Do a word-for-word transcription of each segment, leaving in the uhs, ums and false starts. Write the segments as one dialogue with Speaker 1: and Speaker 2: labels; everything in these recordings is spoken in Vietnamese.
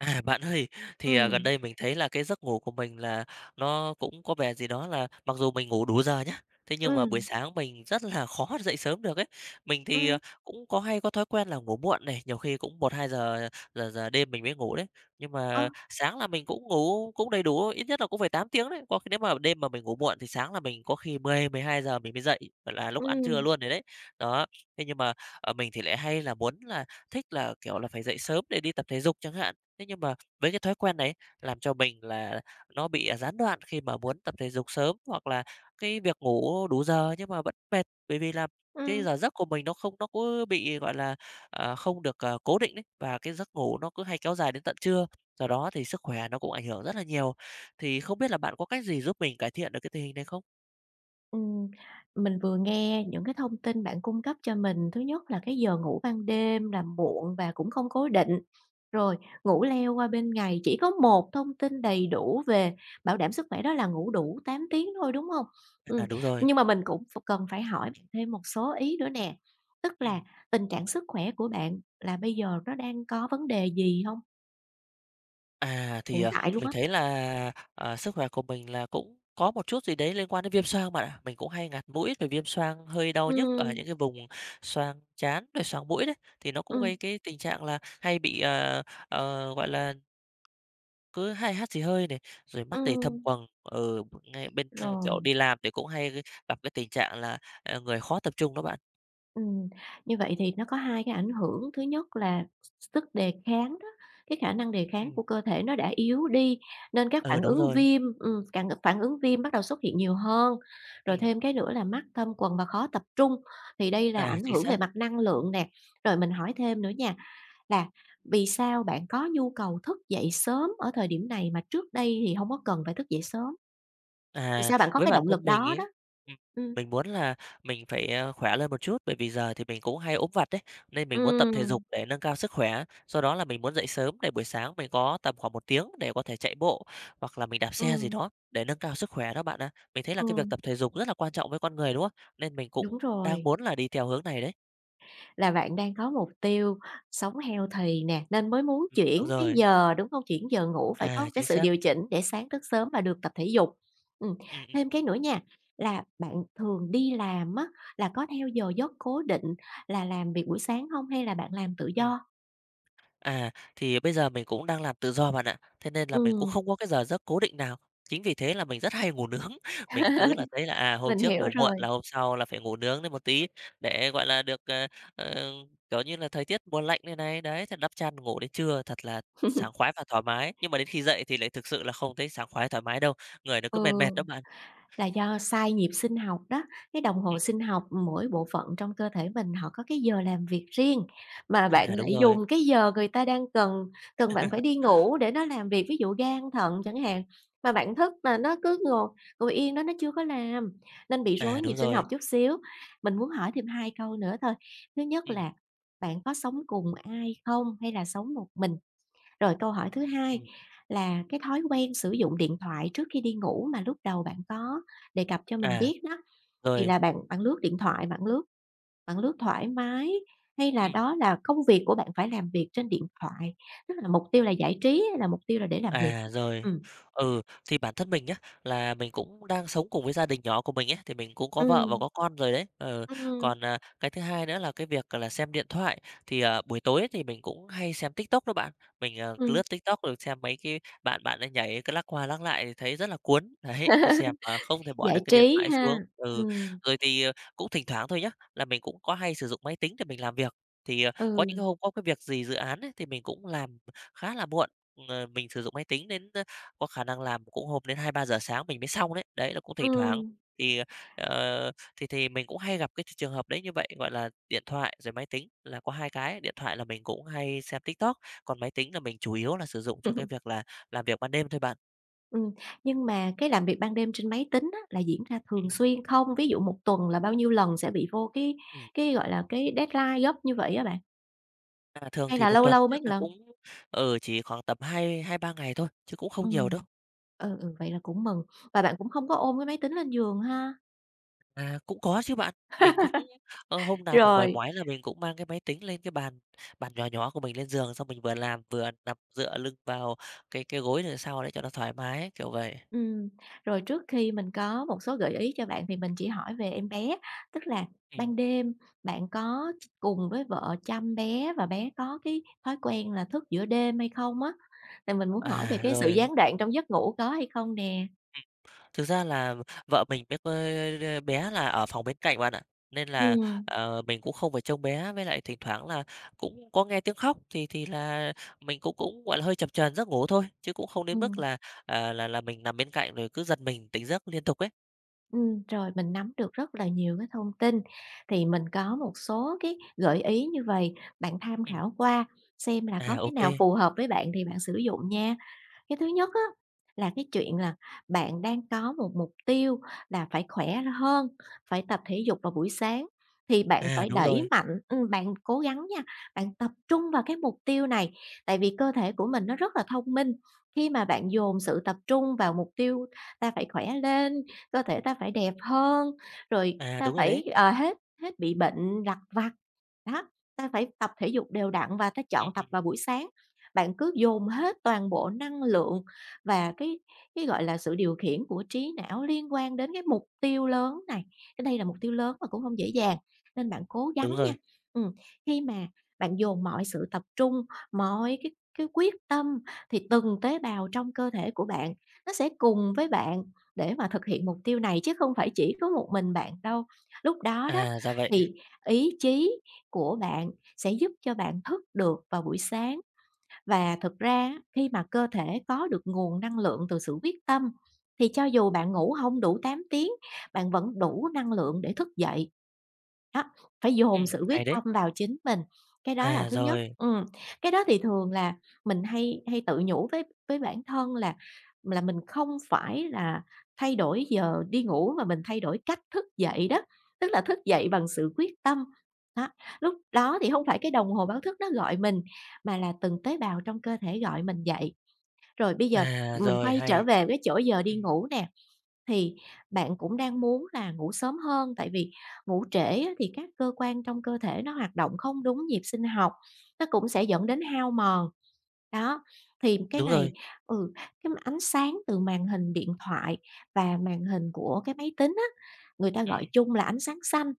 Speaker 1: À, bạn ơi, thì, à, gần
Speaker 2: Ừm,
Speaker 1: đây mình thấy là cái giấc ngủ của mình là nó cũng có vẻ gì đó là mặc dù mình ngủ đủ giờ nhá, thế nhưng mà buổi
Speaker 2: ừm,
Speaker 1: sáng mình rất là khó dậy sớm được ấy. Mình thì,
Speaker 2: ừm,
Speaker 1: ờ, cũng có hay có thói quen là ngủ muộn này, nhiều khi cũng một hai giờ giờ giờ đêm mình mới ngủ đấy. Nhưng
Speaker 2: ơ,
Speaker 1: mà sáng là mình cũng ngủ cũng đầy đủ, ít nhất là cũng phải tám tiếng đấy. Có khi nếu mà đêm mà mình ngủ muộn thì sáng là mình có khi mười mười hai giờ mình mới dậy, gọi là, lúc ăn trưa
Speaker 2: ừm,
Speaker 1: luôn rồi đấy. Đó, thế nhưng mà, ờ, mình thì lại hay là muốn là thích là, kiểu là, phải dậy sớm để đi tập thể dục chẳng hạn. Thế nhưng mà với cái thói quen đấy làm cho mình là nó bị, à, gián đoạn khi mà muốn tập thể dục sớm, hoặc là cái việc ngủ đủ giờ nhưng mà vẫn mệt, bởi vì là cái
Speaker 2: ừm,
Speaker 1: giờ giấc của mình nó không nó cứ bị, gọi là, ờ, không được, ờ, cố định đấy và cái giấc ngủ nó cứ hay kéo dài đến tận trưa, do đó thì sức khỏe nó cũng ảnh hưởng rất là nhiều. Thì không biết là bạn có cách gì giúp mình cải thiện được cái tình hình này không?
Speaker 2: ừm. Mình vừa nghe những cái thông tin bạn cung cấp cho mình, thứ nhất là cái giờ ngủ ban đêm là muộn và cũng không cố định, rồi ngủ leo qua bên ngày, chỉ có một thông tin đầy đủ về bảo đảm sức khỏe đó là ngủ đủ tám tiếng thôi, đúng hông? Ừm,
Speaker 1: À, đúng rồi,
Speaker 2: nhưng mà mình cũng ph cần phải hỏi bạn thêm một số ý nữa nè, tức là
Speaker 1: ừm.
Speaker 2: tình trạng sức khỏe của bạn là bây giờ nó đang có vấn đề gì hông?
Speaker 1: À, thì,
Speaker 2: Hiện
Speaker 1: ờ,
Speaker 2: tại luôn
Speaker 1: mình
Speaker 2: á?
Speaker 1: thấy là, ờ, sức khỏe của mình là cũng có một chút gì đấy liên quan đến viêm xoang bạn ạ. Mình cũng hay ngạt mũi, rồi viêm xoang hơi đau nhức
Speaker 2: Ừm,
Speaker 1: ở những cái vùng xoang trán, rồi xoang mũi đấy, thì nó cũng
Speaker 2: ừm,
Speaker 1: gây cái tình trạng là hay bị, ờ, ờ, gọi là, cứ hay hắt xì hơi này, rồi mắt thì thâm
Speaker 2: ừm.
Speaker 1: quầng. Ở ngay bên, ơ, chỗ
Speaker 2: Rồi,
Speaker 1: đi làm thì cũng hay gặp cái tình trạng là, ờ, người khó tập trung đó bạn.
Speaker 2: ừm, như vậy thì nó có hai cái ảnh hưởng, thứ nhất là sức đề kháng đó, cái khả năng đề kháng
Speaker 1: Ừm, ừ.
Speaker 2: của cơ thể nó đã yếu đi, nên các
Speaker 1: Ờ,
Speaker 2: phản
Speaker 1: đúng
Speaker 2: ứng
Speaker 1: rồi.
Speaker 2: viêm ừm, cạn phản ứng viêm bắt đầu xuất hiện nhiều hơn. Rồi
Speaker 1: Ừm.
Speaker 2: thêm cái nữa là mắt thâm quầng và khó tập trung, thì đây là
Speaker 1: À,
Speaker 2: ảnh
Speaker 1: chính
Speaker 2: hưởng về
Speaker 1: xác.
Speaker 2: mặt năng lượng nè. Rồi mình hỏi thêm nữa nha, là vì sao bạn có nhu cầu thức dậy sớm ở thời điểm này mà trước đây thì không có cần phải thức dậy sớm? Vì
Speaker 1: À,
Speaker 2: sao bạn có
Speaker 1: với
Speaker 2: cái
Speaker 1: bản
Speaker 2: động lực
Speaker 1: thân mình
Speaker 2: đó đó?
Speaker 1: ấy, ừm,
Speaker 2: Ừm,
Speaker 1: mình muốn là mình phải, ờ, khỏe lên một chút, bởi vì giờ thì mình cũng hay ốm vặt đấy nên mình muốn tập thể
Speaker 2: ừm,
Speaker 1: dục để nâng cao sức khỏe. Do đó là mình muốn dậy sớm để buổi sáng mình có tầm khoảng một tiếng để có thể chạy bộ, hoặc là mình đạp xe gì
Speaker 2: ừm,
Speaker 1: đó để nâng cao sức khỏe đó bạn ạ. Mình thấy là cái
Speaker 2: ừ.
Speaker 1: việc tập thể dục rất là quan trọng với con người, đúng không? Nên mình
Speaker 2: Đúng
Speaker 1: cũng đang
Speaker 2: rồi,
Speaker 1: muốn là đi theo hướng này đấy.
Speaker 2: là bạn đang có mục tiêu sống healthy nè, nên mới muốn
Speaker 1: Ừm, đúng
Speaker 2: chuyển cái
Speaker 1: rồi.
Speaker 2: giờ, đúng không? Chuyển giờ ngủ phải có
Speaker 1: À,
Speaker 2: một cái
Speaker 1: chính
Speaker 2: sự
Speaker 1: xác.
Speaker 2: điều chỉnh để sáng thức sớm và được tập thể dục. Ừm,
Speaker 1: Ừm, ừm,
Speaker 2: thêm cái nữa nha, là bạn thường đi làm á, là có theo giờ giấc cố định là làm việc buổi sáng không hay là bạn làm tự
Speaker 1: ừm.
Speaker 2: do?
Speaker 1: À, thì bây giờ mình cũng đang làm tự do bạn ạ, thế nên là mình cũng
Speaker 2: Ừm,
Speaker 1: không có cái giờ giấc cố định nào. Chính vì thế là mình rất hay ngủ nướng, mình cứ là thấy là, à, hôm
Speaker 2: mình
Speaker 1: trước
Speaker 2: hiểu
Speaker 1: ngủ muộn
Speaker 2: rồi,
Speaker 1: là hôm sau là phải ngủ nướng lên một tí để, gọi là, được, ờ, ờ, kiểu như là, thời tiết mùa lạnh này này, đấy, thật đắp chăn ngủ đến trưa thật là sảng khoái và thoải mái. Nhưng mà đến khi dậy thì lại thực sự là không thấy sảng khoái, thoải mái đâu, người nó cứ mệt
Speaker 2: ừ.
Speaker 1: mệt đó bạn.
Speaker 2: Là do sai nhịp sinh học đó, cái đồng hồ
Speaker 1: Ừm,
Speaker 2: sinh học mỗi bộ phận trong cơ thể mình họ có cái giờ làm việc riêng, mà bạn
Speaker 1: à, đúng
Speaker 2: lại
Speaker 1: rồi,
Speaker 2: dùng cái giờ người ta đang cần cần bạn phải đi ngủ để nó làm việc, ví dụ gan, thận chẳng hạn, mà bạn thức mà nó cứ ngồi ngồi yên đó nó chưa có làm, nên bị
Speaker 1: à,
Speaker 2: rối nhịp
Speaker 1: đúng
Speaker 2: sinh học
Speaker 1: rồi,
Speaker 2: chút xíu. Mình muốn hỏi thêm hai câu nữa thôi. Thứ nhất
Speaker 1: ừm,
Speaker 2: là bạn có sống cùng ai không hay là sống một mình? Rồi câu hỏi thứ hai
Speaker 1: ừm,
Speaker 2: là cái thói quen sử dụng điện thoại trước khi đi ngủ mà lúc đầu bạn có đề cập cho mình
Speaker 1: à,
Speaker 2: biết đó, thì
Speaker 1: rồi,
Speaker 2: là bạn bạn lướt điện thoại, bạn lướt bạn lướt thoải mái hay là
Speaker 1: ừm.
Speaker 2: đó là công việc của bạn phải làm việc trên điện thoại? Tức là mục tiêu là giải trí hay là mục tiêu là để làm việc?
Speaker 1: À, rồi.
Speaker 2: Ừm.
Speaker 1: Ừ, thì bản thân mình nhá, là mình cũng đang sống cùng với gia đình nhỏ của mình ấy, thì mình cũng có vợ và
Speaker 2: Ừm,
Speaker 1: có con rồi đấy. Ờ,
Speaker 2: ừm,
Speaker 1: còn, à, cái thứ hai nữa là cái việc là xem điện thoại, thì, ờ, buổi tối thì mình cũng hay xem TikTok đó bạn. Mình, ờ,
Speaker 2: ừm,
Speaker 1: lướt TikTok rồi xem mấy cái bạn bạn ấy nhảy cứ lắc qua lắc lại thì thấy rất là cuốn. Đấy, cứ xem mà không thể bỏ
Speaker 2: giải
Speaker 1: được cái điện
Speaker 2: trí
Speaker 1: thoại xuống.
Speaker 2: ha.
Speaker 1: Ừ,
Speaker 2: Ừm,
Speaker 1: rồi thì, ờ, cũng thỉnh thoảng thôi nhá, là mình cũng có hay sử dụng máy tính để mình làm việc. Thì, ờ, có những
Speaker 2: ừ,
Speaker 1: hôm có cái việc gì dự án ấy, thì mình cũng làm khá là muộn. Ờ, mình sử dụng máy tính đến, ơ, có khả năng làm cũng hôm đến hai ba giờ sáng mình mới xong đấy. Đấy, là cũng thỉnh
Speaker 2: ừm.
Speaker 1: thoảng thì, ờ, thì thì mình cũng hay gặp cái trường hợp đấy như vậy, gọi là, điện thoại rồi máy tính là có hai cái. Điện thoại là mình cũng hay xem TikTok, còn máy tính là mình chủ yếu là sử dụng cho cái việc là làm việc ban đêm thôi bạn.
Speaker 2: Ừm, nhưng mà cái làm việc ban đêm trên máy tính á, là diễn ra thường
Speaker 1: Ừm,
Speaker 2: xuyên không? Ví dụ một tuần là bao nhiêu lần sẽ bị vô cái
Speaker 1: ừm.
Speaker 2: cái, gọi là, cái deadline gấp như vậy á bạn?
Speaker 1: À, thường
Speaker 2: Hay
Speaker 1: thì
Speaker 2: là
Speaker 1: một
Speaker 2: lâu
Speaker 1: tuần
Speaker 2: lâu mấy
Speaker 1: chắc là
Speaker 2: lần?
Speaker 1: cũng, ở chỉ khoảng tầm hai hai ba ngày thôi, chứ cũng không nhiều đâu.
Speaker 2: Ừm, ừ, ừ, vậy là cũng mừng, và bạn cũng không có ôm cái máy tính lên giường ha?
Speaker 1: À, cũng có chứ bạn. Mình cũng ơ, hôm nào mình mỏi
Speaker 2: Rồi.
Speaker 1: mỏi là mình cũng mang cái máy tính lên cái bàn bàn nhỏ nhỏ của mình lên giường, xong mình vừa làm vừa nằm dựa lưng vào cái cái gối đằng sau đấy cho nó thoải mái, ấy, kiểu vậy.
Speaker 2: Ừm, rồi trước khi mình có một số gợi ý cho bạn thì mình chỉ hỏi về em bé, tức là
Speaker 1: Ừm.
Speaker 2: ban đêm bạn có cùng với vợ chăm bé và bé có cái thói quen là thức giữa đêm hay không á? Thì mình muốn hỏi về
Speaker 1: À,
Speaker 2: cái sự
Speaker 1: rồi, ừm,
Speaker 2: gián đoạn trong giấc ngủ có hay không nè?
Speaker 1: thực ra là vợ mình với c bé là ở phòng bên cạnh bạn ạ, nên là,
Speaker 2: Ừm,
Speaker 1: ờ, mình cũng không phải trông bé, với lại thỉnh thoảng là cũng có nghe tiếng khóc thì thì là mình cũng cũng, gọi là, hơi chập chờn giấc ngủ thôi, chứ cũng không đến mức
Speaker 2: ừm,
Speaker 1: là, à, là là mình nằm bên cạnh rồi cứ giật mình tỉnh giấc liên tục ấy.
Speaker 2: ừm, rồi mình nắm được rất là nhiều cái thông tin, thì mình có một số cái gợi ý như vậy bạn tham
Speaker 1: Ừm.
Speaker 2: khảo qua xem là
Speaker 1: À,
Speaker 2: có
Speaker 1: ô
Speaker 2: cái
Speaker 1: kê.
Speaker 2: nào phù hợp với bạn thì bạn sử dụng nha. Cái thứ nhất á, là cái chuyện là bạn đang có một mục tiêu là phải khỏe hơn, phải tập thể dục vào buổi sáng, thì bạn
Speaker 1: À,
Speaker 2: phải
Speaker 1: đúng
Speaker 2: đẩy
Speaker 1: rồi.
Speaker 2: mạnh ừm, bạn cố gắng nha, bạn tập trung vào cái mục tiêu này, tại vì cơ thể của mình nó rất là thông minh. Khi mà bạn dồn sự tập trung vào mục tiêu "Ta phải khỏe lên, cơ thể ta phải đẹp hơn, rồi
Speaker 1: À,
Speaker 2: ta
Speaker 1: đúng rồi
Speaker 2: phải,
Speaker 1: đấy.
Speaker 2: ờ, hết hết bị bệnh lặt vặt." Đó, "Ta phải tập thể dục đều đặn và ta chọn
Speaker 1: Ừm,
Speaker 2: tập
Speaker 1: ừm.
Speaker 2: vào buổi sáng." Bạn cứ dồn hết toàn bộ năng lượng và cái cái, gọi là, sự điều khiển của trí não liên quan đến cái mục tiêu lớn này, cái đây là mục tiêu lớn mà cũng không dễ dàng, nên bạn cố gắng
Speaker 1: Đúng
Speaker 2: nha.
Speaker 1: rồi.
Speaker 2: Ừm, khi mà bạn dồn mọi sự tập trung, mọi cái cái quyết tâm thì từng tế bào trong cơ thể của bạn nó sẽ cùng với bạn để mà thực hiện mục tiêu này chứ không phải chỉ có một mình bạn đâu. Lúc đó đó
Speaker 1: À, ra vậy.
Speaker 2: thì ý chí của bạn sẽ giúp cho bạn thức được vào buổi sáng và thực ra á, khi mà cơ thể có được nguồn năng lượng từ sự quyết tâm thì cho dù bạn ngủ không đủ tám tiếng, bạn vẫn đủ năng lượng để thức dậy. Đó, phải dồn
Speaker 1: Ừm,
Speaker 2: sự quyết
Speaker 1: hay đấy.
Speaker 2: tâm vào chính mình, cái đó là
Speaker 1: À,
Speaker 2: thứ nhất.
Speaker 1: rồi.
Speaker 2: Ừm, cái đó thì thường là mình hay hay tự nhủ với với bản thân là là mình không phải là thay đổi giờ đi ngủ mà mình thay đổi cách thức dậy đó, tức là thức dậy bằng sự quyết tâm. Đó, lúc đó thì không phải cái đồng hồ báo thức nó gọi mình, mà là từng tế bào trong cơ thể gọi mình dậy. Rồi bây giờ
Speaker 1: À,
Speaker 2: mình
Speaker 1: rồi,
Speaker 2: quay trở
Speaker 1: hay.
Speaker 2: về cái chỗ giờ đi
Speaker 1: Ừm,
Speaker 2: ngủ nè, thì bạn cũng đang muốn là ngủ sớm hơn, tại vì ngủ trễ á thì các cơ quan trong cơ thể nó hoạt động không đúng nhịp sinh học, nó cũng sẽ dẫn đến hao mòn. Đó, thì cái
Speaker 1: đúng
Speaker 2: này
Speaker 1: rồi.
Speaker 2: ừ, cái ánh sáng từ màn hình điện thoại và màn hình của cái máy tính á, người ta gọi
Speaker 1: Ừm.
Speaker 2: chung là ánh sáng xanh.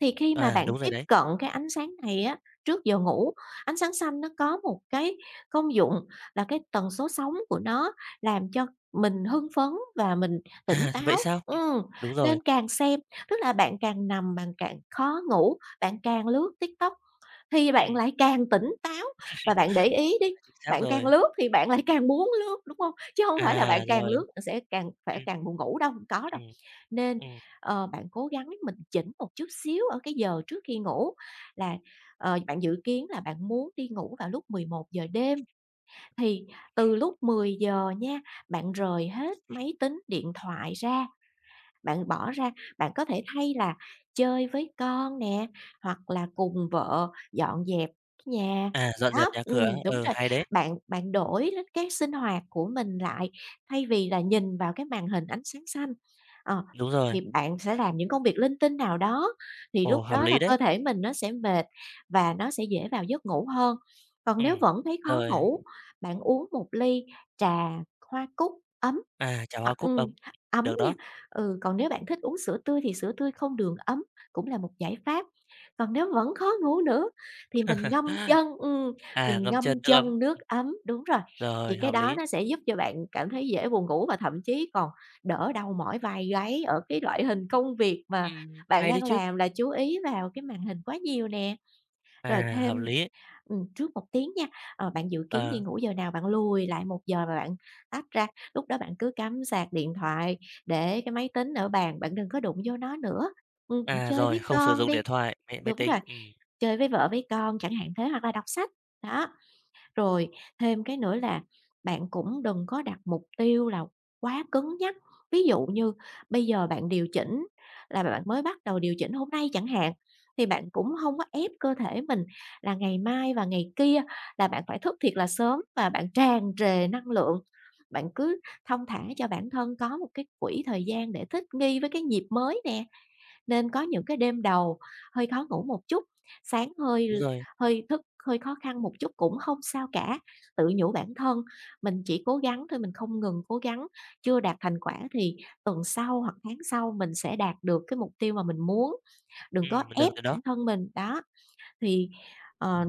Speaker 2: Thì khi mà
Speaker 1: À,
Speaker 2: bạn
Speaker 1: đúng rồi
Speaker 2: tiếp
Speaker 1: đấy.
Speaker 2: cận cái ánh sáng này á, trước giờ ngủ, ánh sáng xanh nó có một cái công dụng là cái tần số sóng của nó làm cho mình hưng phấn và mình tỉnh
Speaker 1: À,
Speaker 2: táo.
Speaker 1: vậy sao? Ừm.
Speaker 2: Ừm,
Speaker 1: Đúng rồi.
Speaker 2: nên càng xem, tức là bạn càng nằm, bạn càng khó ngủ, bạn càng lướt TikTok thì bạn
Speaker 1: Ừm.
Speaker 2: lại càng tỉnh táo và bạn để ý đi,
Speaker 1: Chính xác
Speaker 2: bạn càng
Speaker 1: rồi.
Speaker 2: lướt thì bạn lại càng muốn lướt, đúng không? Chứ không phải là bạn
Speaker 1: À,
Speaker 2: càng
Speaker 1: rồi.
Speaker 2: lướt, sẽ càng phải
Speaker 1: Ừm,
Speaker 2: càng buồn ngủ đâu, hông có đâu.
Speaker 1: ừm,
Speaker 2: Nên
Speaker 1: ừm.
Speaker 2: ờ, bạn cố gắng mình chỉnh một chút xíu ở cái giờ trước khi ngủ là, ờ, bạn dự kiến là bạn muốn đi ngủ vào lúc mười một giờ đêm, thì từ lúc mười giờ nha, bạn rời hết máy tính, điện thoại ra bạn bỏ ra, bạn có thể thay là chơi với con nè, hoặc là cùng vợ dọn dẹp cái nhà.
Speaker 1: À, dọn dẹp
Speaker 2: Đó,
Speaker 1: nhà cửa.
Speaker 2: ừm, đúng
Speaker 1: Ừ,
Speaker 2: rồi,
Speaker 1: hay đấy.
Speaker 2: bạn bạn đổi l cái sinh hoạt của mình lại, thay vì là nhìn vào cái màn hình ánh sáng xanh, ờ,
Speaker 1: Đúng rồi.
Speaker 2: thì bạn sẽ làm những công việc linh tinh nào đó, thì
Speaker 1: Ồ,
Speaker 2: lúc
Speaker 1: hợp
Speaker 2: đó là
Speaker 1: lý
Speaker 2: cơ
Speaker 1: đấy.
Speaker 2: thể mình nó sẽ mệt và nó sẽ dễ vào giấc ngủ hơn. Còn nếu
Speaker 1: Ừm.
Speaker 2: vẫn thấy khó
Speaker 1: Rồi.
Speaker 2: ngủ, bạn uống một ly trà hoa cúc ấm
Speaker 1: À, chả hoa
Speaker 2: hoặc
Speaker 1: cúc
Speaker 2: ừm,
Speaker 1: ấm.
Speaker 2: ấm
Speaker 1: Được
Speaker 2: nha.
Speaker 1: đó.
Speaker 2: Ừ, còn nếu bạn thích uống sữa tươi thì sữa tươi không đường ấm cũng là một giải pháp. Còn nếu vẫn khó ngủ nữa thì mình ngâm chân, ừm,
Speaker 1: À,
Speaker 2: mình
Speaker 1: ngâm
Speaker 2: ngâm
Speaker 1: chân nước ấm.
Speaker 2: chân nước ấm, đúng rồi, thì
Speaker 1: Rồi,
Speaker 2: cái
Speaker 1: hợp
Speaker 2: đó
Speaker 1: lý.
Speaker 2: nó sẽ giúp cho bạn cảm thấy dễ buồn ngủ và thậm chí còn đỡ đau mỏi vai gáy ở cái loại hình công việc mà
Speaker 1: Ừm,
Speaker 2: bạn
Speaker 1: hay đấy
Speaker 2: đang
Speaker 1: chứ.
Speaker 2: làm là chú ý vào cái màn hình quá nhiều nè. Rồi
Speaker 1: À,
Speaker 2: thêm
Speaker 1: hợp lý.
Speaker 2: Ừm, trước một tiếng nha, ờ, bạn dự kiến đi
Speaker 1: Ờ.
Speaker 2: ngủ giờ nào, bạn lùi lại một giờ và bạn tách ra, lúc đó bạn cứ cắm sạc điện thoại, để cái máy tính ở bàn, bạn đừng có đụng vô nó nữa. Ừm,
Speaker 1: À,
Speaker 2: chơi
Speaker 1: rồi,
Speaker 2: với
Speaker 1: không sử
Speaker 2: con
Speaker 1: dụng
Speaker 2: đi
Speaker 1: điện thoại, máy máy
Speaker 2: đúng
Speaker 1: tính.
Speaker 2: rồi,
Speaker 1: Ừm,
Speaker 2: chơi với vợ với con chẳng hạn thế, hoặc là đọc sách, đó. Rồi thêm cái nữa là bạn cũng đừng có đặt mục tiêu là quá cứng nhắc. Ví dụ như bây giờ bạn điều chỉnh là bạn mới bắt đầu điều chỉnh hôm nay chẳng hạn, thì bạn cũng không có ép cơ thể mình là ngày mai và ngày kia là bạn phải thức thiệt là sớm và bạn tràn trề năng lượng. Bạn cứ thong thả cho bản thân có một cái quỹ thời gian để thích nghi với cái nhịp mới nè. Nên có những cái đêm đầu hơi khó ngủ một chút, sáng hơi
Speaker 1: đúng rồi.
Speaker 2: hơi thức hơi khó khăn một chút cũng không sao cả, tự nhủ bản thân mình chỉ cố gắng thôi, mình không ngừng cố gắng, chưa đạt thành quả thì tuần sau hoặc tháng sau mình sẽ đạt được cái mục tiêu mà mình muốn, đừng có
Speaker 1: Ừm, được
Speaker 2: ép
Speaker 1: rồi đó.
Speaker 2: bản thân mình. Đó, thì, ờ,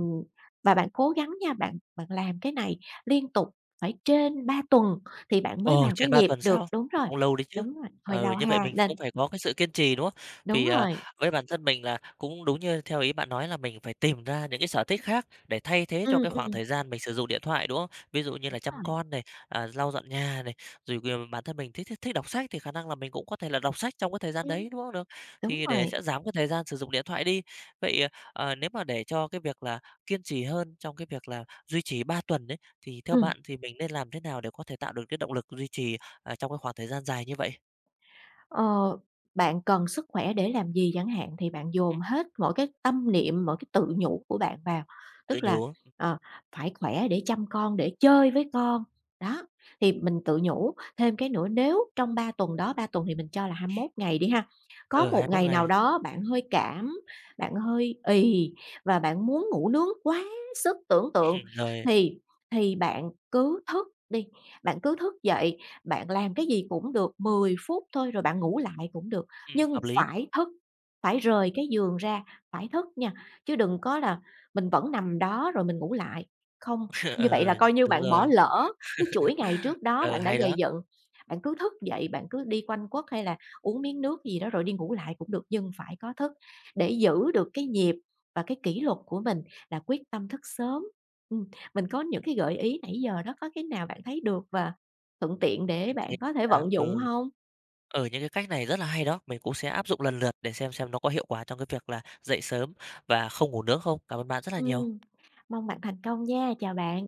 Speaker 2: và bạn cố gắng nha, bạn bạn làm cái này liên tục phải trên ba tuần thì bạn mới
Speaker 1: Ồ,
Speaker 2: vào cái
Speaker 1: trên ba
Speaker 2: nhịp
Speaker 1: tuần
Speaker 2: được
Speaker 1: sao?
Speaker 2: đúng rồi,
Speaker 1: Cũng lâu đấy chứ.
Speaker 2: đúng rồi, hơi
Speaker 1: Ừ,
Speaker 2: lâu
Speaker 1: như
Speaker 2: ha,
Speaker 1: vậy mình cũng
Speaker 2: nên
Speaker 1: phải có cái sự kiên trì, đúng không?
Speaker 2: đúng
Speaker 1: Vì, à,
Speaker 2: rồi,
Speaker 1: với bản thân mình là cũng đúng như theo ý bạn nói là mình phải tìm ra những cái sở thích khác để thay thế cho
Speaker 2: ừm,
Speaker 1: cái khoảng
Speaker 2: ừm.
Speaker 1: thời gian mình sử dụng điện thoại, đúng không? Ví dụ như là chăm
Speaker 2: Rồi,
Speaker 1: con này, à, lau dọn nhà này, rồi kìa bản thân mình thích thích thích đọc sách thì khả năng là mình cũng có thể là đọc sách trong cái thời gian
Speaker 2: ừm,
Speaker 1: đấy, đúng không? Được.
Speaker 2: đúng
Speaker 1: Thì để
Speaker 2: rồi,
Speaker 1: sẽ giảm cái thời gian sử dụng điện thoại đi. Vậy, ờ, nếu mà để cho cái việc là kiên trì hơn trong cái việc là duy trì ba tuần ấy, thì theo
Speaker 2: ừm,
Speaker 1: bạn thì mình nên làm thế nào để có thể tạo được cái động lực duy trì, à, trong cái khoảng thời gian dài như vậy?
Speaker 2: ờ, bạn cần sức khỏe để làm gì chẳng hạn thì bạn dồn
Speaker 1: Ừm,
Speaker 2: hết mỗi cái tâm niệm, mỗi cái tự nhủ của bạn vào,
Speaker 1: tự
Speaker 2: tức là,
Speaker 1: nhủ,
Speaker 2: ờ, phải khỏe để chăm con, để chơi với con. Đó, thì mình tự nhủ thêm cái nữa nếu trong ba tuần đó, ba tuần thì mình cho là hai mươi mốt ngày đi ha, có
Speaker 1: ờ
Speaker 2: một
Speaker 1: hai mốt
Speaker 2: ngày nào
Speaker 1: ngày,
Speaker 2: đó bạn hơi cảm, bạn hơi ì và bạn muốn ngủ nướng quá sức tưởng tượng
Speaker 1: rồi,
Speaker 2: thì thì bạn cứ thức đi, bạn cứ thức dậy bạn làm cái gì cũng được mười phút thôi rồi bạn ngủ lại cũng được,
Speaker 1: ừm,
Speaker 2: nhưng
Speaker 1: hợp lý.
Speaker 2: phải thức, phải rời cái giường ra, phải thức nha, chứ đừng có là mình vẫn nằm đó rồi mình ngủ lại. Không, như vậy
Speaker 1: Ờ,
Speaker 2: là coi như
Speaker 1: đúng
Speaker 2: bạn bỏ
Speaker 1: rồi.
Speaker 2: lỡ cái chuỗi ngày trước đó
Speaker 1: Ờ,
Speaker 2: bạn đã
Speaker 1: hay
Speaker 2: gây
Speaker 1: đó,
Speaker 2: dựng. Bạn cứ thức dậy, bạn cứ đi quanh quất hay là uống miếng nước gì đó rồi đi ngủ lại cũng được, nhưng phải có thức để giữ được cái nhịp và cái kỷ luật của mình là quyết tâm thức sớm. Ừm, mình có những cái gợi ý nãy giờ đó, có cái nào bạn thấy được và thuận tiện để
Speaker 1: mình
Speaker 2: bạn
Speaker 1: thấy
Speaker 2: có thể
Speaker 1: là,
Speaker 2: vận dụng
Speaker 1: ừ,
Speaker 2: không?
Speaker 1: ừ, những cái cách này rất là hay đó, mình cũng sẽ áp dụng lần lượt để xem xem nó có hiệu quả trong cái việc là dậy sớm và không ngủ nướng không? Cảm ơn bạn rất là
Speaker 2: Ừm,
Speaker 1: nhiều.
Speaker 2: mong bạn thành công nha, chào bạn.